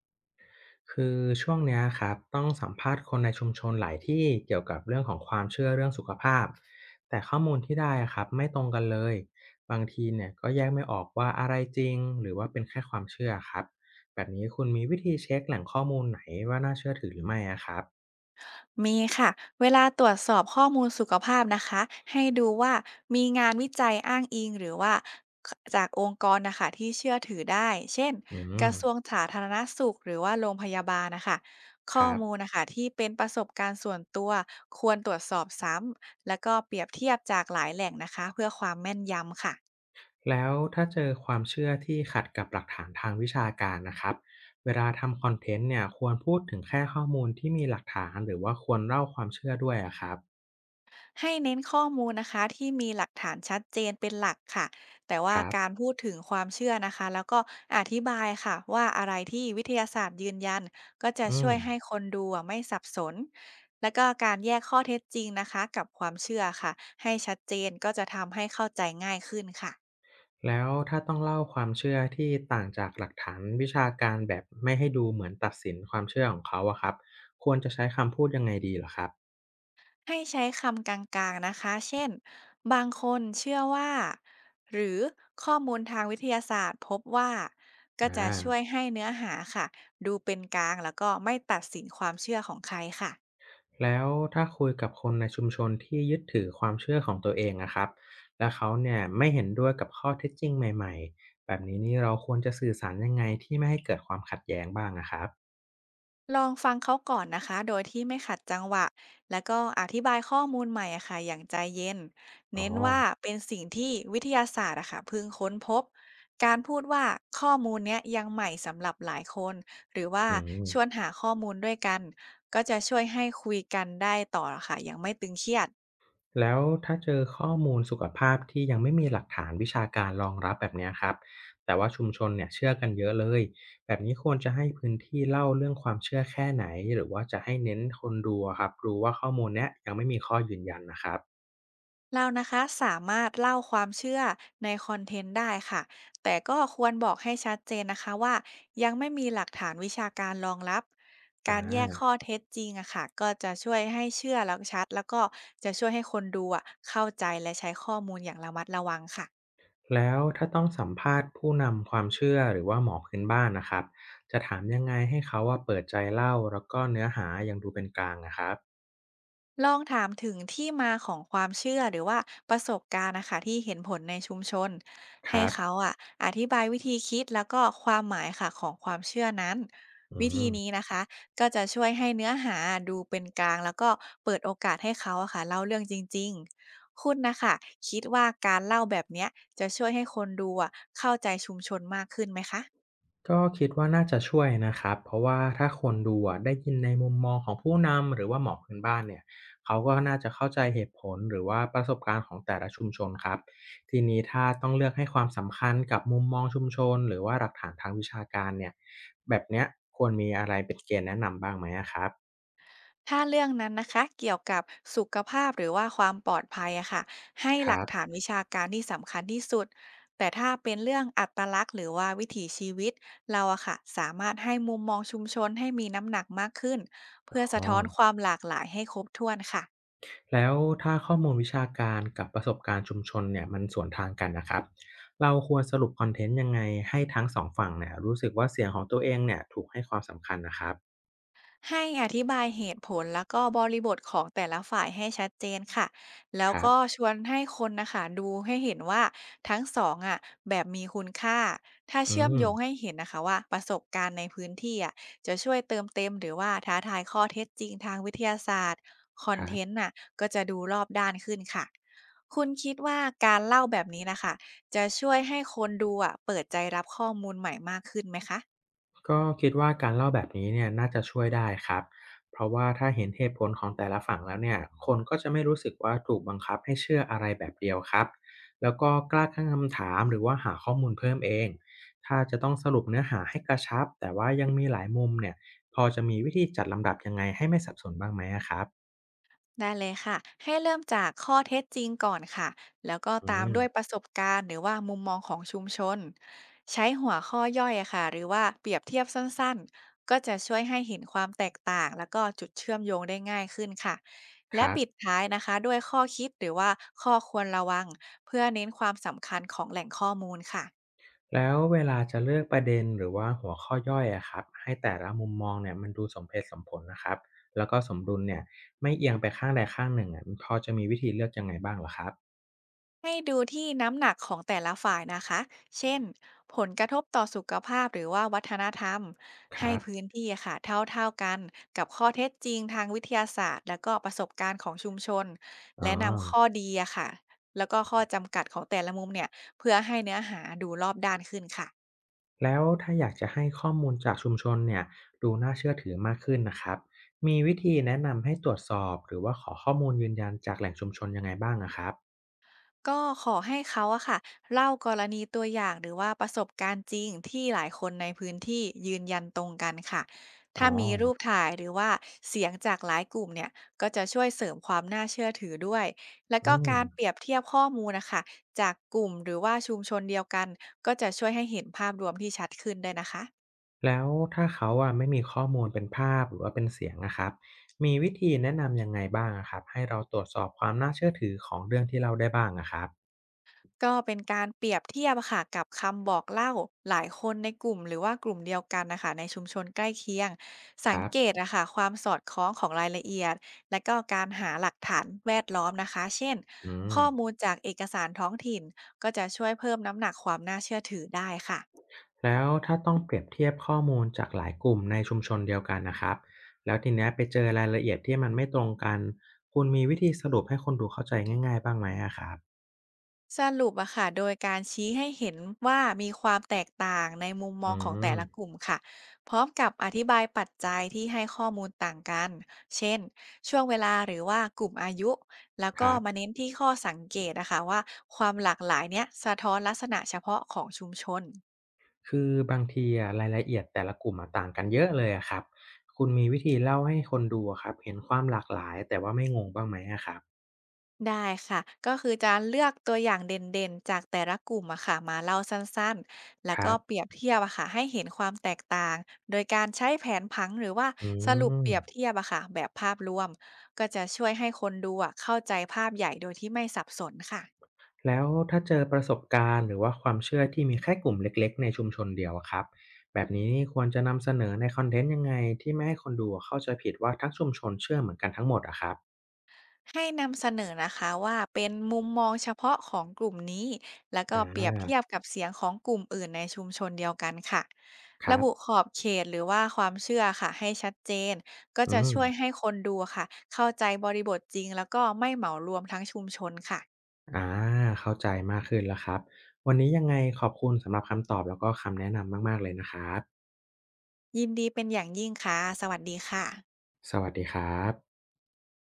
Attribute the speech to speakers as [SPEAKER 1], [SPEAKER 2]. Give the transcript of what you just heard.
[SPEAKER 1] คือช่วงเนี้ยครับต้องสัมภาษณ์คนในชุมชนหลายที่เกี่ยวกับเรื่องของความเชื่อเรื่องสุขภาพแต่ข้อมูลที่ได้อะครับไม่ตรงกันเลยบางทีเนี่ยก็แยกไม่ออกว่าอะไรจริงหรือว่าเป็นแค่ความเชื่อครับแบบนี้คุณมีวิธีเช็คแหล่งข้อมูลไหนว่าน่าเชื่อถือหรือไม่อะครับ
[SPEAKER 2] มีค่ะเวลาตรวจสอบข้อมูลสุขภาพนะคะให้ดูว่ามีงานวิจัยอ้างอิงหรือว่าจากองค์กรนะคะที่เชื่อถือได้เช่น
[SPEAKER 1] อื
[SPEAKER 2] กระ
[SPEAKER 1] ม
[SPEAKER 2] ทรวงสาธารณสุขหรือว่าโรงพยาบาลนะคะ
[SPEAKER 1] ค
[SPEAKER 2] ข้อ
[SPEAKER 1] รั
[SPEAKER 2] มูล
[SPEAKER 1] บ
[SPEAKER 2] นะคะที่เป็นประสบการณ์ส่วนตัวควรตรวจสอบซ้ำแล้วก็เปรียบเทียบจากหลายแหล่งนะคะเพื่อความแม่นยำค่ะ
[SPEAKER 1] แล้วถ้าเจอความเชื่อที่ขัดกับหลักฐานทางวิชาการนะครับเวลาทำคอนเทนต์เนี่ยควรพูดถึงแค่ข้อมูลที่มีหลักฐานหรือว่าควรเล่าความเชื่อด้วยอะครับ
[SPEAKER 2] ให้เน้นข้อมูลนะคะที่มีหลักฐานชัดเจนเป็นหลักค่ะแต่
[SPEAKER 1] ค
[SPEAKER 2] ว่า
[SPEAKER 1] รั
[SPEAKER 2] การ
[SPEAKER 1] บ
[SPEAKER 2] พูดถึงความเชื่อนะคะแล้วก็อธิบายค่ะว่าอะไรที่วิทยาศาสตร์ยืนยันก็จะ
[SPEAKER 1] อื
[SPEAKER 2] ช่
[SPEAKER 1] ม
[SPEAKER 2] วยให้คนดูไม่สับสนแล้วก็การแยกข้อเท็จจริงนะคะกับความเชื่อค่ะให้ชัดเจนก็จะทำให้เข้าใจง่ายขึ้นค่ะ
[SPEAKER 1] แล้วถ้าต้องเล่าความเชื่อที่ต่างจากหลักฐานวิชาการแบบไม่ให้ดูเหมือนตัดสินความเชื่อของเขาอะครับควรจะใช้คำพูดยังไงดีเหรอครับ
[SPEAKER 2] ให้ใช้คำกลางๆนะคะ เช่น บางคนเชื่อว่า หรือข้อมูลทางวิทยาศาสตร์พบว่าก็จะช่
[SPEAKER 1] อา
[SPEAKER 2] วยให้เนื้อหาค่ะ ดูเป็นกลางแล้วก็ไม่ตัดสินความเชื่อของใครค่ะ
[SPEAKER 1] แล้วถ้าคุยกับคนในชุมชนที่ยึดถือความเชื่อของตัวเองนะครับแล้วเขาเนี่ยไม่เห็นด้วยกับข้อเท็จจริงใหม่ๆแบบนี้นี่เราควรจะสื่อสารยังไงที่ไม่ให้เกิดความขัดแย้งบ้างนะครับ
[SPEAKER 2] ลองฟังเขาก่อนนะคะโดยที่ไม่ขัดจังหวะแล้วก็อธิบายข้อมูลใหม่ค่ะอย่างใจเย็น
[SPEAKER 1] อ๋อ
[SPEAKER 2] เน้นว่าเป็นสิ่งที่วิทยาศาสตร์ค่ะเพิ่งค้นพบการพูดว่าข้อมูลเนี้ยยังใหม่สำหรับหลายคนหรือว่า
[SPEAKER 1] อื
[SPEAKER 2] ชวน
[SPEAKER 1] ม
[SPEAKER 2] หาข้อมูลด้วยกันก็จะช่วยให้คุยกันได้ต่อค่ะอย่างไม่ตึงเครียด
[SPEAKER 1] แล้วถ้าเจอข้อมูลสุขภาพที่ยังไม่มีหลักฐานวิชาการรองรับแบบเนี้ยครับแต่ว่าชุมชนเนี่ยเชื่อกันเยอะเลยแบบนี้ควรจะให้พื้นที่เล่าเรื่องความเชื่อแค่ไหนหรือว่าจะให้เน้นคนดูอะครับรู้ว่าข้อมูลเนี้ยยังไม่มีข้อยืนยันนะครับ
[SPEAKER 2] เรานะคะสามารถเล่าความเชื่อในคอนเทนต์ได้ค่ะแต่ก็ควรบอกให้ชัดเจนนะคะว่ายังไม่มีหลักฐานวิชาการรองรับ
[SPEAKER 1] อ่
[SPEAKER 2] การแยก
[SPEAKER 1] า
[SPEAKER 2] ข้อเท็จจริงค่ะก็จะช่วยให้เชื่อแล้วชัดแล้วก็จะช่วยให้คนดูเข้าใจและใช้ข้อมูลอย่างระมัดระวังค่ะ
[SPEAKER 1] แล้วถ้าต้องสัมภาษณ์ผู้นำความเชื่อหรือว่าหมอพื้นบ้านนะครับจะถามยังไงให้เขาว่าเปิดใจเล่าแล้วก็เนื้อหายังดูเป็นกลางนะครับ
[SPEAKER 2] ลองถามถึงที่มาของความเชื่อหรือว่าประสบการณ์นะคะที่เห็นผลในชุมชน
[SPEAKER 1] ค
[SPEAKER 2] ให้
[SPEAKER 1] รับ
[SPEAKER 2] เขาอธิบายวิธีคิดแล้วก็ความหมายค่ะของความเชื่อนั้น
[SPEAKER 1] อื
[SPEAKER 2] วิธี
[SPEAKER 1] ม
[SPEAKER 2] นี้นะคะก็จะช่วยให้เนื้อหาดูเป็นกลางแล้วก็เปิดโอกาสให้เขาค่ะเล่าเรื่องจริงๆคุณนะคะคิดว่าการเล่าแบบเนี้ยจะช่วยให้คนดูเข้าใจชุมชนมากขึ้นไหมคะ
[SPEAKER 1] ก็คิดว่าน่าจะช่วยนะครับเพราะว่าถ้าคนดูอะได้ยินในมุมมองของผู้นำหรือว่าหมอพื้นบ้านเนี่ยเขาก็น่าจะเข้าใจเหตุผลหรือว่าประสบการณ์ของแต่ละชุมชนครับทีนี้ถ้าต้องเลือกให้ความสำคัญกับมุมมองชุมชนหรือว่าหลักฐานทางวิชาการเนี่ยแบบเนี้ยควรมีอะไรเป็นเกณฑ์แนะนำบ้างไหมอะครับ
[SPEAKER 2] ถ้าเรื่องนั้นนะคะเกี่ยวกับสุขภาพหรือว่าความปลอดภัยค่ะให้
[SPEAKER 1] ค
[SPEAKER 2] หลั
[SPEAKER 1] รั
[SPEAKER 2] ก
[SPEAKER 1] บ
[SPEAKER 2] ฐานวิชาการที่สำคัญที่สุดแต่ถ้าเป็นเรื่องอัตลักษณ์หรือว่าวิถีชีวิตเราค่ะสามารถให้มุมมองชุมชนให้มีน้ำหนักมากขึ้น
[SPEAKER 1] อ๋
[SPEAKER 2] เพื่อสะ
[SPEAKER 1] อ
[SPEAKER 2] ท้อนความหลากหลายให้ครบถ้วนค่ะ
[SPEAKER 1] แล้วถ้าข้อมูลวิชาการกับประสบการณ์ชุมชนเนี่ยมันสวนทางกันนะครับ เราควรสรุปคอนเทนต์ยังไงให้ทั้งสองฝั่งเนี่ยรู้สึกว่าเสียงของตัวเองเนี่ยถูกให้ความสำคัญนะครับ
[SPEAKER 2] ให้อธิบายเหตุผลแล้วก็บริบทของแต่ละฝ่ายให้ชัดเจนค่ะแล้ว
[SPEAKER 1] ครั
[SPEAKER 2] ก็
[SPEAKER 1] บ
[SPEAKER 2] ชวนให้คนนะคะดูให้เห็นว่าทั้งสองแบบมีคุณค่าถ้า
[SPEAKER 1] อื
[SPEAKER 2] เชื่อม
[SPEAKER 1] ม
[SPEAKER 2] โยงให้เห็นนะคะว่าประสบการณ์ในพื้นที่จะช่วยเติมเต็มหรือว่าท้าทายข้อเท็จจริงทางวิทยาศาสตร์คอ
[SPEAKER 1] ค
[SPEAKER 2] น
[SPEAKER 1] รั
[SPEAKER 2] เทน
[SPEAKER 1] บ
[SPEAKER 2] ต์น่ะก็จะดูรอบด้านขึ้นค่ะคุณคิดว่าการเล่าแบบนี้นะคะจะช่วยให้คนดูเปิดใจรับข้อมูลใหม่มากขึ้นไหมคะ
[SPEAKER 1] ก็คิดว่าการเล่าแบบนี้เนี่ยน่าจะช่วยได้ครับเพราะว่าถ้าเห็นเหตุผลของแต่ละฝั่งแล้วเนี่ยคนก็จะไม่รู้สึกว่าถูกบังคับให้เชื่ออะไรแบบเดียวครับแล้วก็กล้าตั้งคำถามหรือว่าหาข้อมูลเพิ่มเองถ้าจะต้องสรุปเนื้อหาให้กระชับแต่ว่ายังมีหลายมุมเนี่ยพอจะมีวิธีจัดลำดับยังไงให้ไม่สับสนบ้างไหมอะครับ
[SPEAKER 2] ได้เลยค่ะให้เริ่มจากข้อเท็จจริงก่อนค่ะแล้วก็
[SPEAKER 1] อื
[SPEAKER 2] ตาม
[SPEAKER 1] ม
[SPEAKER 2] ด้วยประสบการณ์หรือว่ามุมมองของชุมชนใช้หัวข้อย่อยค่ะหรือว่าเปรียบเทียบสั้นๆก็จะช่วยให้เห็นความแตกต่างแล้วก็จุดเชื่อมโยงได้ง่ายขึ้นค่ะ
[SPEAKER 1] ค
[SPEAKER 2] และ
[SPEAKER 1] รับ
[SPEAKER 2] ปิดท้ายนะคะด้วยข้อคิดหรือว่าข้อควรระวังเพื่อเน้นความสำคัญของแหล่งข้อมูลค่ะ
[SPEAKER 1] แล้วเวลาจะเลือกประเด็นหรือว่าหัวข้อย่อยอะครับให้แต่ละมุมมองเนี่ยมันดูสมเหตุสมผลนะครับแล้วก็สมดุลเนี่ยไม่เอียงไปข้างใดข้างหนึ่งอะพอจะมีวิธีเลือกยังไงบ้างเหรอครับ
[SPEAKER 2] ให้ดูที่น้ำหนักของแต่ละฝ่ายนะคะ เช่นผลกระทบต่อสุขภาพหรือว่าวัฒนธรรม
[SPEAKER 1] ค
[SPEAKER 2] ให้
[SPEAKER 1] รับ
[SPEAKER 2] พื้นที่ค่ะเท่าๆกันกับข้อเท็จจริงทางวิทยาศาสตร์แล้วก็ประสบการณ์ของชุมชน
[SPEAKER 1] อ๋อ
[SPEAKER 2] และนำข้อดีค่ะแล้วก็ข้อจำกัดของแต่ละมุมเนี่ยเพื่อให้เนื้อหาดูรอบด้านขึ้นค่ะ
[SPEAKER 1] แล้วถ้าอยากจะให้ข้อมูลจากชุมชนเนี่ยดูน่าเชื่อถือมากขึ้นนะครับมีวิธีแนะนำให้ตรวจสอบหรือว่าขอข้อมูลยืนยันจากแหล่งชุมชนยังไงบ้างอะครับ
[SPEAKER 2] ก็ขอให้เขาค่ะเล่ากรณีตัวอย่างหรือว่าประสบการณ์จริงที่หลายคนในพื้นที่ยืนยันตรงกันค่ะ
[SPEAKER 1] อ๋
[SPEAKER 2] ถ้า
[SPEAKER 1] อ
[SPEAKER 2] มีรูปถ่ายหรือว่าเสียงจากหลายกลุ่มเนี่ยก็จะช่วยเสริมความน่าเชื่อถือด้วยแล้วก็
[SPEAKER 1] อืม
[SPEAKER 2] การเปรียบเทียบข้อมูลนะคะจากกลุ่มหรือว่าชุมชนเดียวกันก็จะช่วยให้เห็นภาพรวมที่ชัดขึ้นได้วยนะคะ
[SPEAKER 1] แล้วถ้าเขาอะไม่มีข้อมูลเป็นภาพหรือว่าเป็นเสียงนะครับมีวิธีแนะนำยังไงบ้างอะครับให้เราตรวจสอบความน่าเชื่อถือของเรื่องที่เล่าได้บ้างอะครับ
[SPEAKER 2] ก็เป็นการเปรียบเทียบค่ะกับคำบอกเล่าหลายคนในกลุ่มหรือว่ากลุ่มเดียวกันนะคะในชุมชนใกล้เคียง
[SPEAKER 1] ค
[SPEAKER 2] สัง
[SPEAKER 1] รับ
[SPEAKER 2] เกตค่ะความสอดคล้องของรายละเอียดและก็การหาหลักฐานแวดล้อมนะคะเช่น
[SPEAKER 1] อืม
[SPEAKER 2] ข้อมูลจากเอกสารท้องถิ่นก็จะช่วยเพิ่มน้ำหนักความน่าเชื่อถือได้ค่ะ
[SPEAKER 1] แล้วถ้าต้องเปรียบเทียบข้อมูลจากหลายกลุ่มในชุมชนเดียวกันนะครับแล้วทีเนี้ยไปเจอรายละเอียดที่มันไม่ตรงกันคุณมีวิธีสรุปให้คนดูเข้าใจง่ายๆบ้างไหมอะครับ
[SPEAKER 2] สรุปค่ะโดยการชี้ให้เห็นว่ามีความแตกต่างในมุมม
[SPEAKER 1] อื
[SPEAKER 2] องของแต่ละก
[SPEAKER 1] ม
[SPEAKER 2] ลุ่มค่ะพร้อมกับอธิบายปัจจัยที่ให้ข้อมูลต่างกันเช่นช่วงเวลาหรือว่ากลุ่มอายุแล้ว
[SPEAKER 1] ค
[SPEAKER 2] ก็
[SPEAKER 1] รับ
[SPEAKER 2] มาเน้นที่ข้อสังเกตนะคะว่าความหลากหลายเนี้ยสะท้อนลักษณะเฉพาะของชุมชน
[SPEAKER 1] คือบางทีอะรายละเอียดแต่ละกลุ่มอะต่างกันเยอะเลยอะครับคุณมีวิธีเล่าให้คนดูอะครับเห็นความหลากหลายแต่ว่าไม่งงบ้างไหมอะครับ
[SPEAKER 2] ได้ค่ะ ก็คือจะเลือกตัวอย่างเด่นๆ จากแต่ละกลุ่มค่ะมาเล่าสั้นๆ แล้
[SPEAKER 1] ค
[SPEAKER 2] ว
[SPEAKER 1] รั
[SPEAKER 2] ก็
[SPEAKER 1] บ
[SPEAKER 2] เปรียบเทียบค่ะให้เห็นความแตกต่าง โดยการใช้แผนผังหรือว่า
[SPEAKER 1] อื
[SPEAKER 2] สรุปเป
[SPEAKER 1] ม
[SPEAKER 2] รียบเทียบค่ะแบบภาพรวม ก็จะช่วยให้คนดูเข้าใจภาพใหญ่โดยที่ไม่สับสนค่ะ
[SPEAKER 1] แล้วถ้าเจอประสบการณ์หรือว่าความเชื่อที่มีแค่กลุ่มเล็กๆในชุมชนเดียวอะครับแบบนี้นี่ควรจะนำเสนอในคอนเทนต์ยังไงที่ไม่ให้คนดูอะเข้าใจผิดว่าทั้งชุมชนเชื่อเหมือนกันทั้งหมดอะครับ
[SPEAKER 2] ให้นำเสนอนะคะว่าเป็นมุมมองเฉพาะของกลุ่มนี้แล้วก็
[SPEAKER 1] อ
[SPEAKER 2] เปรียบ
[SPEAKER 1] า
[SPEAKER 2] เทียบกับเสียงของกลุ่มอื่นในชุมชนเดียวกันค่ะ
[SPEAKER 1] ค
[SPEAKER 2] ระ
[SPEAKER 1] รับ
[SPEAKER 2] บุขอบเขตหรือว่าความเชื่อค่ะให้ชัดเจนก็
[SPEAKER 1] อื
[SPEAKER 2] จะ
[SPEAKER 1] ม
[SPEAKER 2] ช่วยให้คนดูค่ะเข้าใจบริบทจริงแล้วก็ไม่เหมารวมทั้งชุมชนค่ะ
[SPEAKER 1] อาเข้าใจมากขึ้นแล้วครับวันนี้ยังไงขอบคุณสำหรับคำตอบแล้วก็คำแนะนำมากๆเลยนะครับ
[SPEAKER 2] ยินดีเป็นอย่างยิ่งค่ะสวัสดีค่ะ
[SPEAKER 1] สวัสดีครับ